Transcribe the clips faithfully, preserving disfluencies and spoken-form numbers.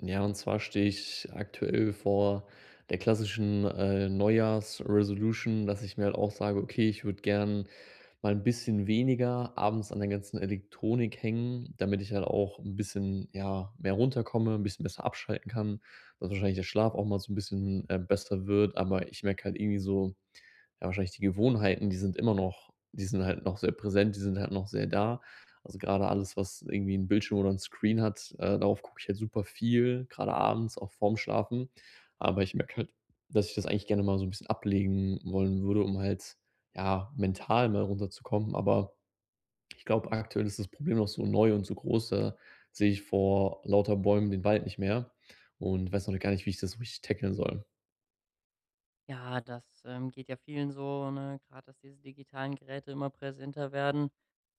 Ja, und zwar stehe ich aktuell vor der klassischen äh, Neujahrs-Resolution, dass ich mir halt auch sage, okay, ich würde gern mal ein bisschen weniger abends an der ganzen Elektronik hängen, damit ich halt auch ein bisschen, ja, mehr runterkomme, ein bisschen besser abschalten kann, dass wahrscheinlich der Schlaf auch mal so ein bisschen äh, besser wird, aber ich merke halt irgendwie so, ja, wahrscheinlich die Gewohnheiten, die sind immer noch, die sind halt noch sehr präsent, die sind halt noch sehr da. Also, gerade alles, was irgendwie 'n Bildschirm oder einen Screen hat, äh, darauf gucke ich halt super viel, gerade abends, auch vorm Schlafen. Aber ich merke halt, dass ich das eigentlich gerne mal so ein bisschen ablegen wollen würde, um halt, ja, mental mal runterzukommen. Aber ich glaube, aktuell ist das Problem noch so neu und so groß, da sehe ich vor lauter Bäumen den Wald nicht mehr und weiß noch gar nicht, wie ich das so richtig tackeln soll. Ja, das, ähm, geht ja vielen so, ne? Grad, dass diese digitalen Geräte immer präsenter werden,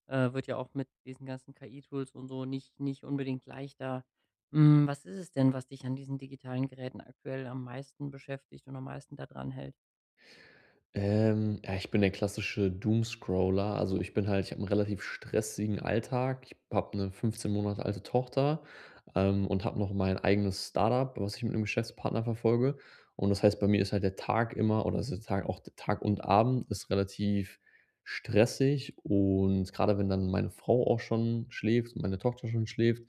äh, wird ja auch mit diesen ganzen K I-Tools und so nicht nicht unbedingt leichter. Hm, was ist es denn, was dich an diesen digitalen Geräten aktuell am meisten beschäftigt und am meisten daran hält? Ähm, ja, ich bin der klassische Doomscroller. Also, ich bin halt, ich habe einen relativ stressigen Alltag. Ich habe eine fünfzehn Monate alte Tochter, ähm, und habe noch mein eigenes Startup, was ich mit einem Geschäftspartner verfolge. Und das heißt, bei mir ist halt der Tag immer oder ist der Tag auch, der Tag und Abend ist relativ stressig, und gerade wenn dann meine Frau auch schon schläft, meine Tochter schon schläft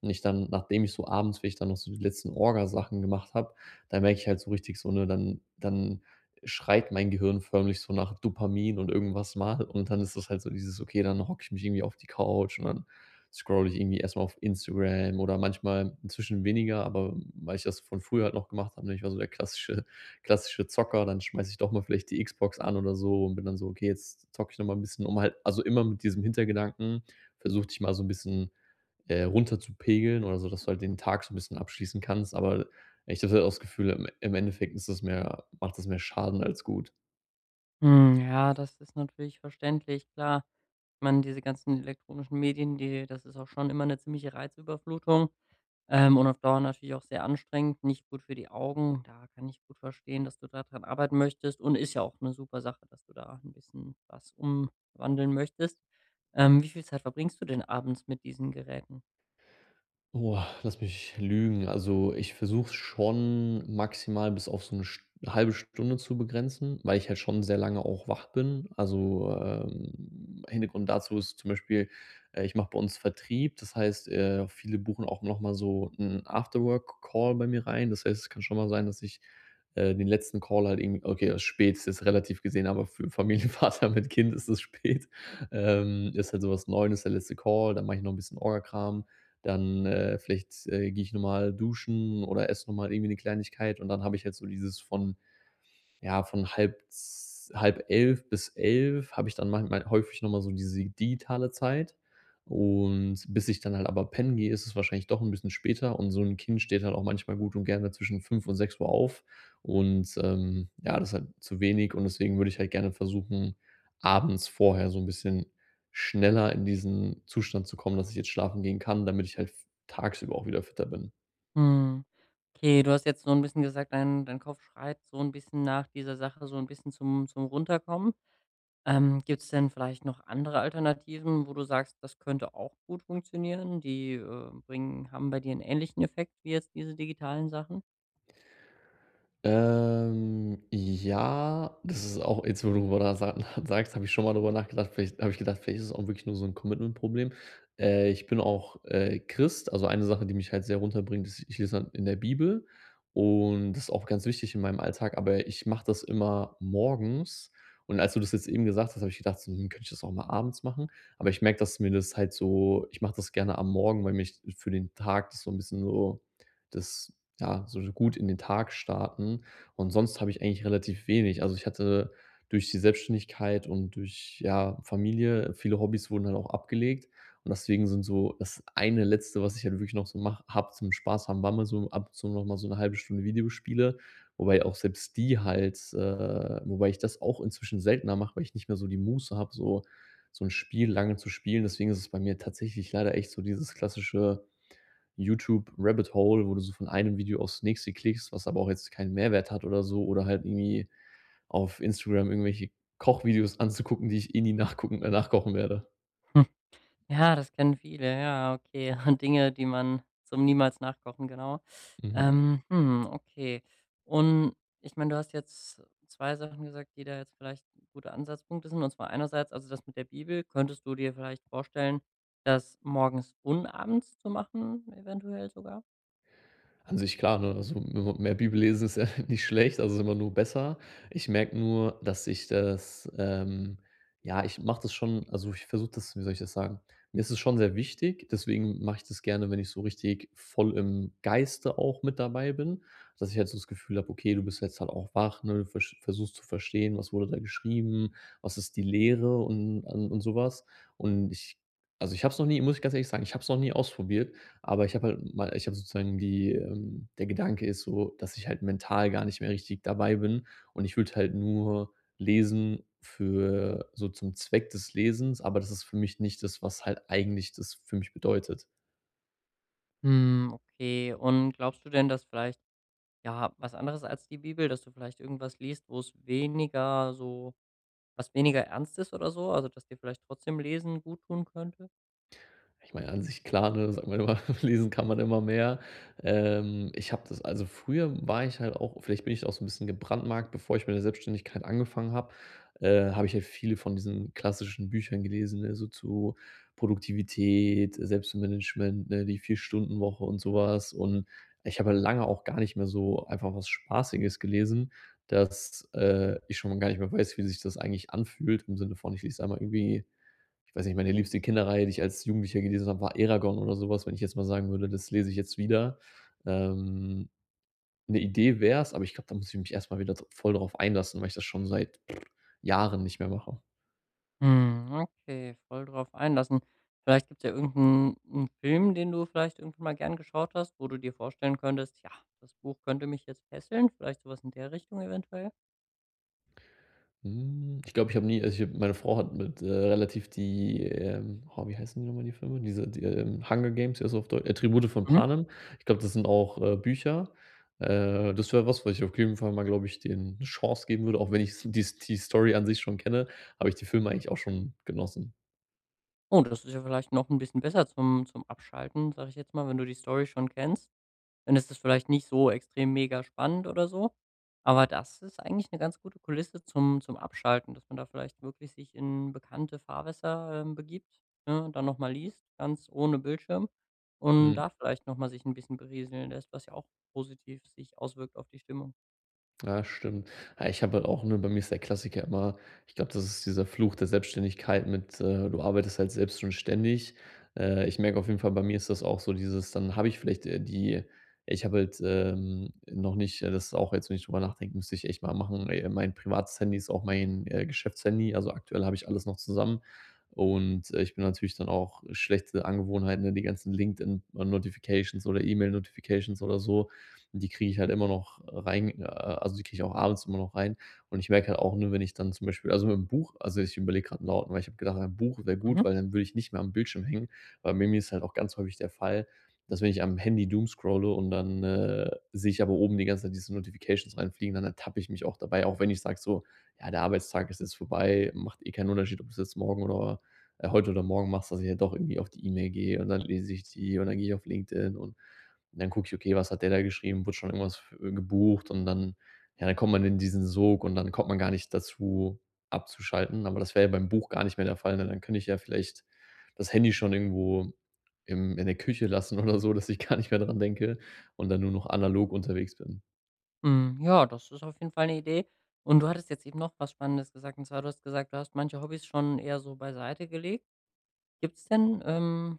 und ich dann, nachdem ich so abends, wenn ich dann noch so die letzten Orgasachen gemacht habe, dann merke ich halt so richtig so, ne, dann dann schreit mein Gehirn förmlich so nach Dopamin und irgendwas mal, und dann ist das halt so dieses, okay, dann hocke ich mich irgendwie auf die Couch und dann scroll ich irgendwie erstmal auf Instagram oder manchmal inzwischen weniger, aber weil ich das von früher halt noch gemacht habe, ne, ich war so der klassische klassische Zocker, dann schmeiße ich doch mal vielleicht die Xbox an oder so und bin dann so: „Okay, jetzt zocke ich noch mal 'n bisschen“, um halt, also immer mit diesem Hintergedanken, versuch ich mal so ein bisschen äh, runter zu pegeln oder so, dass du halt den Tag so ein bisschen abschließen kannst. Aber ich hatte auch das Gefühl, im im Endeffekt ist das mehr, macht das mehr Schaden als gut. Hm, ja, das ist natürlich verständlich, klar. Man diese ganzen elektronischen Medien, die das ist auch schon immer eine ziemliche Reizüberflutung. Ähm, und auf Dauer natürlich auch sehr anstrengend, nicht gut für die Augen. Da kann ich gut verstehen, dass du da dran arbeiten möchtest, und ist ja auch eine super Sache, dass du da ein bisschen was umwandeln möchtest. Ähm, wie viel Zeit verbringst du denn abends mit diesen Geräten? Oh, lass mich lügen. Also, ich versuche schon maximal bis auf so eine St halbe Stunde zu begrenzen, weil ich halt schon sehr lange auch wach bin. Also, ähm, Hintergrund dazu ist zum Beispiel, äh, ich mache bei uns Vertrieb. Das heißt, äh, viele buchen auch noch mal so einen Afterwork call bei mir rein. Das heißt, es kann schon mal sein, dass ich, äh, den letzten Call halt irgendwie, okay, das ist spät, ist jetzt relativ gesehen, aber für einen Familienvater mit Kind ist es spät. Ähm, ist halt so was, neun ist der letzte Call, dann mache ich noch ein bisschen Orgakram. Dann, äh, vielleicht, äh, gehe ich nochmal duschen oder esse nochmal irgendwie eine Kleinigkeit, und dann habe ich halt so dieses von, ja, von halb z halb elf bis elf habe ich dann manchmal häufig noch mal so diese digitale Zeit. Und bis ich dann halt aber pennen gehe, ist es wahrscheinlich doch ein bisschen später, und so ein Kind steht halt auch manchmal gut und gerne zwischen fünf und sechs Uhr auf. Und, ähm, ja, das ist halt zu wenig und deswegen würde ich halt gerne versuchen, abends vorher so ein bisschen schneller in diesen Zustand zu kommen, dass ich jetzt schlafen gehen kann, damit ich halt tagsüber auch wieder fitter bin. Hm, okay, du hast jetzt so ein bisschen gesagt, dein dein Kopf schreit so ein bisschen nach dieser Sache, so ein bisschen zum zum Runterkommen. Ähm, Gibt es denn vielleicht noch andere Alternativen, wo du sagst, das könnte auch gut funktionieren? Die, äh, bringen haben bei dir einen ähnlichen Effekt wie jetzt diese digitalen Sachen? Ähm, ja, das ist auch jetzt, wo du darüber nach sa sagst, habe ich schon mal darüber nachgedacht. Vielleicht habe ich gedacht, vielleicht ist es auch wirklich nur so ein Commitment-Problem. Äh, ich bin auch, äh, Christ. Also, eine Sache, die mich halt sehr runterbringt, ist, ich lese halt in der Bibel und das ist auch ganz wichtig in meinem Alltag, aber ich mache das immer morgens. Und als du das jetzt eben gesagt hast, habe ich gedacht, so: „Hm, könnte ich das auch mal abends machen?“ Aber ich merke, dass mir das halt so, ich mache das gerne am Morgen, weil mich für den Tag das so ein bisschen so, das, ja, so gut in den Tag starten. Und sonst habe ich eigentlich relativ wenig. Also, ich hatte durch die Selbstständigkeit und durch, ja, Familie, viele Hobbys wurden halt auch abgelegt. Und deswegen sind so das eine Letzte, was ich halt wirklich noch so mache habe zum Spaß haben, war mal so ab und zu noch mal so eine halbe Stunde Videospiele, wobei auch selbst die halt, äh wobei ich das auch inzwischen seltener mache, weil ich nicht mehr so die Muße habe, so so ein Spiel lange zu spielen. Deswegen ist es bei mir tatsächlich leider echt so dieses klassische YouTube-Rabbit-Hole, wo du so von einem Video aufs nächste klickst, was aber auch jetzt keinen Mehrwert hat oder so, oder halt irgendwie auf Instagram irgendwelche Kochvideos anzugucken, die ich eh nie nachgucken äh, nachkochen werde. Ja, das kennen viele, ja, okay. Dinge, die man zum niemals nachkochen, genau. Mhm. Ähm, hm, okay. Und ich meine, du hast jetzt zwei Sachen gesagt, die da jetzt vielleicht gute Ansatzpunkte sind. Und zwar einerseits, also das mit der Bibel, könntest du dir vielleicht vorstellen, das morgens und abends zu machen, eventuell sogar? An sich klar, ne? Also, m mehr Bibel lesen ist ja nicht schlecht, also, ist immer nur besser. Ich merke nur, dass ich das, ähm ja, ich mache das schon, also, ich versuche das, wie soll ich das sagen? Mir ist es schon sehr wichtig, deswegen mache ich das gerne, wenn ich so richtig voll im Geiste auch mit dabei bin, dass ich halt so das Gefühl habe: „Okay, du bist jetzt halt auch wach, ne? Du versch versuchst zu verstehen, was wurde da geschrieben, was ist die Lehre und an und sowas. Und ich, also, ich habe es noch nie, muss ich ganz ehrlich sagen, ich habe es noch nie ausprobiert. Aber ich habe halt mal, ich habe sozusagen die, ähm, der Gedanke ist so, dass ich halt mental gar nicht mehr richtig dabei bin und ich würde halt nur lesen für so zum Zweck des Lesens, aber das ist für mich nicht das, was halt eigentlich das für mich bedeutet. Hm, okay. Und glaubst du denn, dass vielleicht, ja, was anderes als die Bibel, dass du vielleicht irgendwas liest, wo es weniger so was weniger ernst ist oder so? Also, dass dir vielleicht trotzdem Lesen gut tun könnte? Ich meine, an sich klar, ne, sagt man immer, lesen kann man immer mehr. Ähm, ich habe das, also früher war ich halt auch, vielleicht bin ich auch so ein bisschen gebrandmarkt, bevor ich mit der Selbstständigkeit angefangen habe, äh, habe ich halt viele von diesen klassischen Büchern gelesen, ne, so zu Produktivität, Selbstmanagement, ne, die Vier-Stunden-Woche und sowas. Und ich habe halt lange auch gar nicht mehr so einfach was Spaßiges gelesen, dass, äh, ich schon gar nicht mehr weiß, wie sich das eigentlich anfühlt, im Sinne von, ich lese einmal irgendwie, ich weiß nicht, meine liebste Kinderreihe, die ich als Jugendlicher gelesen habe, war Eragon oder sowas. Wenn ich jetzt mal sagen würde, das lese ich jetzt wieder. Ähm, 'Ne Idee wär's, aber ich glaube, da muss ich mich erstmal wieder dr voll drauf einlassen, weil ich das schon seit pff, Jahren nicht mehr mache. Hm, okay, voll drauf einlassen. Vielleicht gibt es ja irgendeinen 'n Film, den du vielleicht irgendwann mal gern geschaut hast, wo du dir vorstellen könntest: „Ja, das Buch könnte mich jetzt fesseln“, vielleicht so was in der Richtung eventuell? Hm, ich glaube, ich habe nie, also, ich habe, meine Frau hat mit, äh, relativ die, ähm oh, wie heißen die nochmal, die Filme? Diese die, ähm, Hunger Games. Also auf Deu äh, von Mhm. Panem. Ich glaube, das sind auch, äh, Bücher. Äh, das wäre was, was ich auf jeden Fall mal, glaube ich, denen 'ne Chance geben würde, auch wenn ich die die Story an sich schon kenne, habe ich die Filme eigentlich auch schon genossen. Oh, das ist ja vielleicht noch ein bisschen besser zum zum Abschalten, sage ich jetzt mal, wenn du die Story schon kennst. Dann ist es vielleicht nicht so extrem mega spannend oder so. Aber das ist eigentlich eine ganz gute Kulisse zum zum Abschalten, dass man da vielleicht wirklich sich in bekannte Fahrwässer, ähm, begibt, ne, und dann noch mal liest, ganz ohne Bildschirm und Mhm. da vielleicht noch mal sich ein bisschen berieseln lässt, was ja auch positiv sich auswirkt auf die Stimmung. Ja, stimmt. Ja, ich habe halt auch, ne, bei mir ist der Klassiker immer, ich glaube, das ist dieser Fluch der Selbstständigkeit mit, äh, du arbeitest halt selbst und ständig. Äh, ich merke auf jeden Fall, bei mir ist das auch so dieses, dann habe ich vielleicht, äh, die, ich habe halt, ähm, noch nicht, äh, das ist auch jetzt, wenn ich drüber nachdenke, müsste ich echt mal machen. Äh, mein privates Handy ist auch mein, äh, Geschäftshandy. Also, aktuell habe ich alles noch zusammen und, äh, ich bin natürlich dann auch schlechte Angewohnheiten, ne, die ganzen LinkedIn-Notifications oder E-Mail-Notifications oder so, die kriege ich halt immer noch rein, äh, also die kriege ich auch abends immer noch rein. Und ich merke halt auch, ne, wenn ich dann zum Beispiel, also mit dem Buch, also ich überlege gerade laut, weil ich habe gedacht, ein Buch wäre gut, Mhm. weil dann würde ich nicht mehr am Bildschirm hängen. Weil bei mir ist halt auch ganz häufig der Fall, dass wenn ich am Handy Doom scrolle und dann, äh, sehe ich aber oben die ganze Zeit diese Notifications reinfliegen, dann ertappe ich mich auch dabei, auch wenn ich sage so: „Ja, der Arbeitstag ist jetzt vorbei, macht eh keinen Unterschied, ob du es jetzt morgen oder, äh heute oder morgen machst“, dass ich ja doch irgendwie auf die E-Mail gehe und dann lese ich die und dann gehe ich auf LinkedIn und und dann gucke ich, okay, was hat der da geschrieben? Wurde schon irgendwas f äh, gebucht? Und dann, ja, dann kommt man in diesen Sog und dann kommt man gar nicht dazu, abzuschalten. Aber das wäre ja beim Buch gar nicht mehr der Fall, ne? Dann könnte ich ja vielleicht das Handy schon irgendwo im in der Küche lassen oder so, dass ich gar nicht mehr dran denke und dann nur noch analog unterwegs bin. Hm, ja, das ist auf jeden Fall eine Idee. Und du hattest jetzt eben noch was Spannendes gesagt, und zwar, du hast gesagt, du hast manche Hobbys schon eher so beiseite gelegt. Gibt's denn, ähm,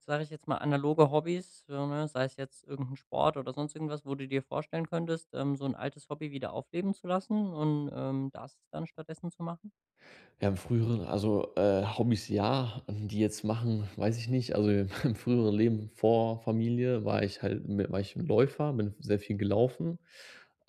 sage ich jetzt mal, analoge Hobbys, so, ne, sei es jetzt irgendein Sport oder sonst irgendwas, wo du dir vorstellen könntest, ähm, so ein altes Hobby wieder aufleben zu lassen und, ähm, das dann stattdessen zu machen? Ja, im früheren, also, äh, Hobbys, ja, die jetzt machen, weiß ich nicht. Also, im früheren Leben vor Familie war ich halt mi war ich ein Läufer, bin sehr viel gelaufen.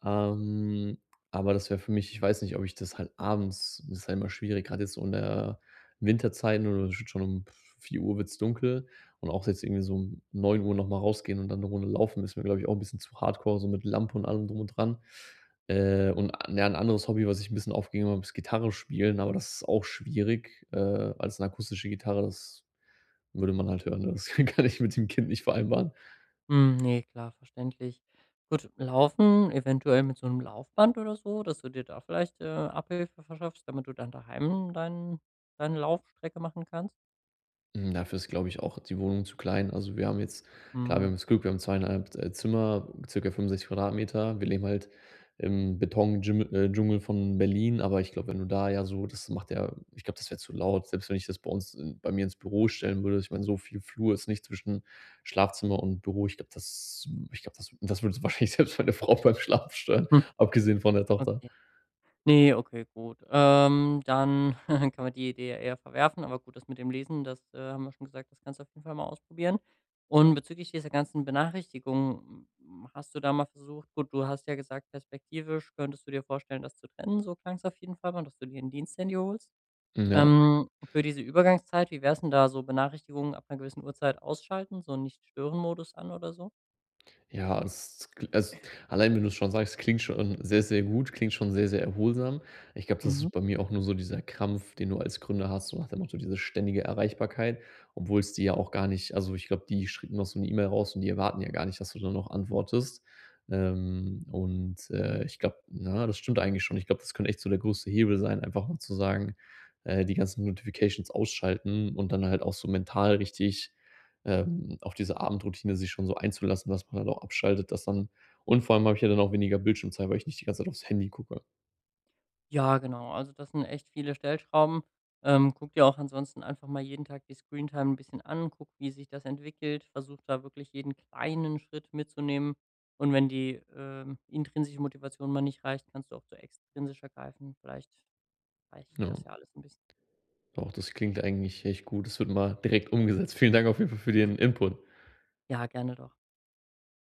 Ähm, aber das wäre für mich, ich weiß nicht, ob ich das halt abends, das ist halt immer schwierig, gerade jetzt so in der Winterzeit, oder schon um vier wird's dunkel und auch jetzt irgendwie so um neun noch mal rausgehen und dann eine Runde laufen ist mir, glaube ich, auch ein bisschen zu hardcore, so mit Lampe und allem drum und dran. Äh, und an, ja, 'n anderes Hobby, was ich ein bisschen aufgegeben habe, ist Gitarre spielen, aber das ist auch schwierig, äh, als 'ne akustische Gitarre. Das würde man halt hören, ne? Das kann ich mit dem Kind nicht vereinbaren. Hm, ne, klar, verständlich. Gut, Laufen, eventuell mit so einem Laufband oder so, dass du dir da vielleicht, äh, Abhilfe verschaffst, damit du dann daheim dein deine Laufstrecke machen kannst? Hm, dafür ist, glaube ich, auch die Wohnung zu klein. Also, wir haben jetzt, klar, wir Mhm. haben das Glück, wir haben zweieinhalb äh, Zimmer, circa fünfundsechzig Quadratmeter. Wir leben halt im Beton-Dschim äh, Dschungel von Berlin, aber ich glaube, wenn du da, ja, so, das macht ja, ich glaube, das wäre zu laut, selbst wenn ich das bei uns in bei mir ins Büro stellen würde. Ich meine, so viel Flur ist nicht zwischen Schlafzimmer und Büro. Ich glaube, das, ich glaube, das das würde wahrscheinlich selbst meine Frau beim Schlafen stören, Hm, abgesehen von der Tochter. okay. Nee, okay, gut. Ähm, dann kann man die Idee ja eher verwerfen, aber gut, das mit dem Lesen, das, äh, haben wir schon gesagt, das kannst du auf jeden Fall mal ausprobieren. Und bezüglich dieser ganzen Benachrichtigungen, hm, hast du da mal versucht gut, du hast ja gesagt, perspektivisch könntest du dir vorstellen, das zu trennen, so klang's auf jeden Fall mal, dass du dir 'n Diensthandy holst. Hm, ja. Ähm, für diese Übergangszeit, wie wär's denn da so Benachrichtigungen ab einer gewissen Uhrzeit ausschalten, so 'n Nicht-Stören-Modus an oder so? Ja, es, also, allein, wenn du's schon sagst, klingt schon sehr, sehr gut, klingt schon sehr, sehr erholsam. Ich glaube, das Mhm. ist bei mir auch nur so dieser Krampf, den du als Gründer hast, so nach dem Motto, diese ständige Erreichbarkeit, obwohl es die ja auch gar nicht, also, ich glaube, die schicken noch so eine E-Mail raus und die erwarten ja gar nicht, dass du dann noch antwortest. Ähm, und, äh, ich glaube, na, das stimmt eigentlich schon. Ich glaube, das könnte echt so der größte Hebel sein, einfach mal zu sagen, äh, die ganzen Notifications ausschalten und dann halt auch so mental richtig, ähm, auf diese Abendroutine sich schon so einzulassen, dass man dann auch abschaltet, dass dann, und vor allem habe ich ja dann auch weniger Bildschirmzeit, weil ich nicht die ganze Zeit aufs Handy gucke. Ja, genau. Also das sind echt viele Stellschrauben. Ähm, guck dir auch ansonsten einfach mal jeden Tag die Screentime ein bisschen an, guck, wie sich das entwickelt, versuch da wirklich jeden kleinen Schritt mitzunehmen. Und wenn die, ähm, intrinsische Motivation mal nicht reicht, kannst du auch zu extrinsischer greifen. Vielleicht reicht Ja, das ja alles ein bisschen. doch, das klingt eigentlich echt gut. Das wird mal direkt umgesetzt. Vielen Dank auf jeden Fall für den Input. Ja, gerne doch.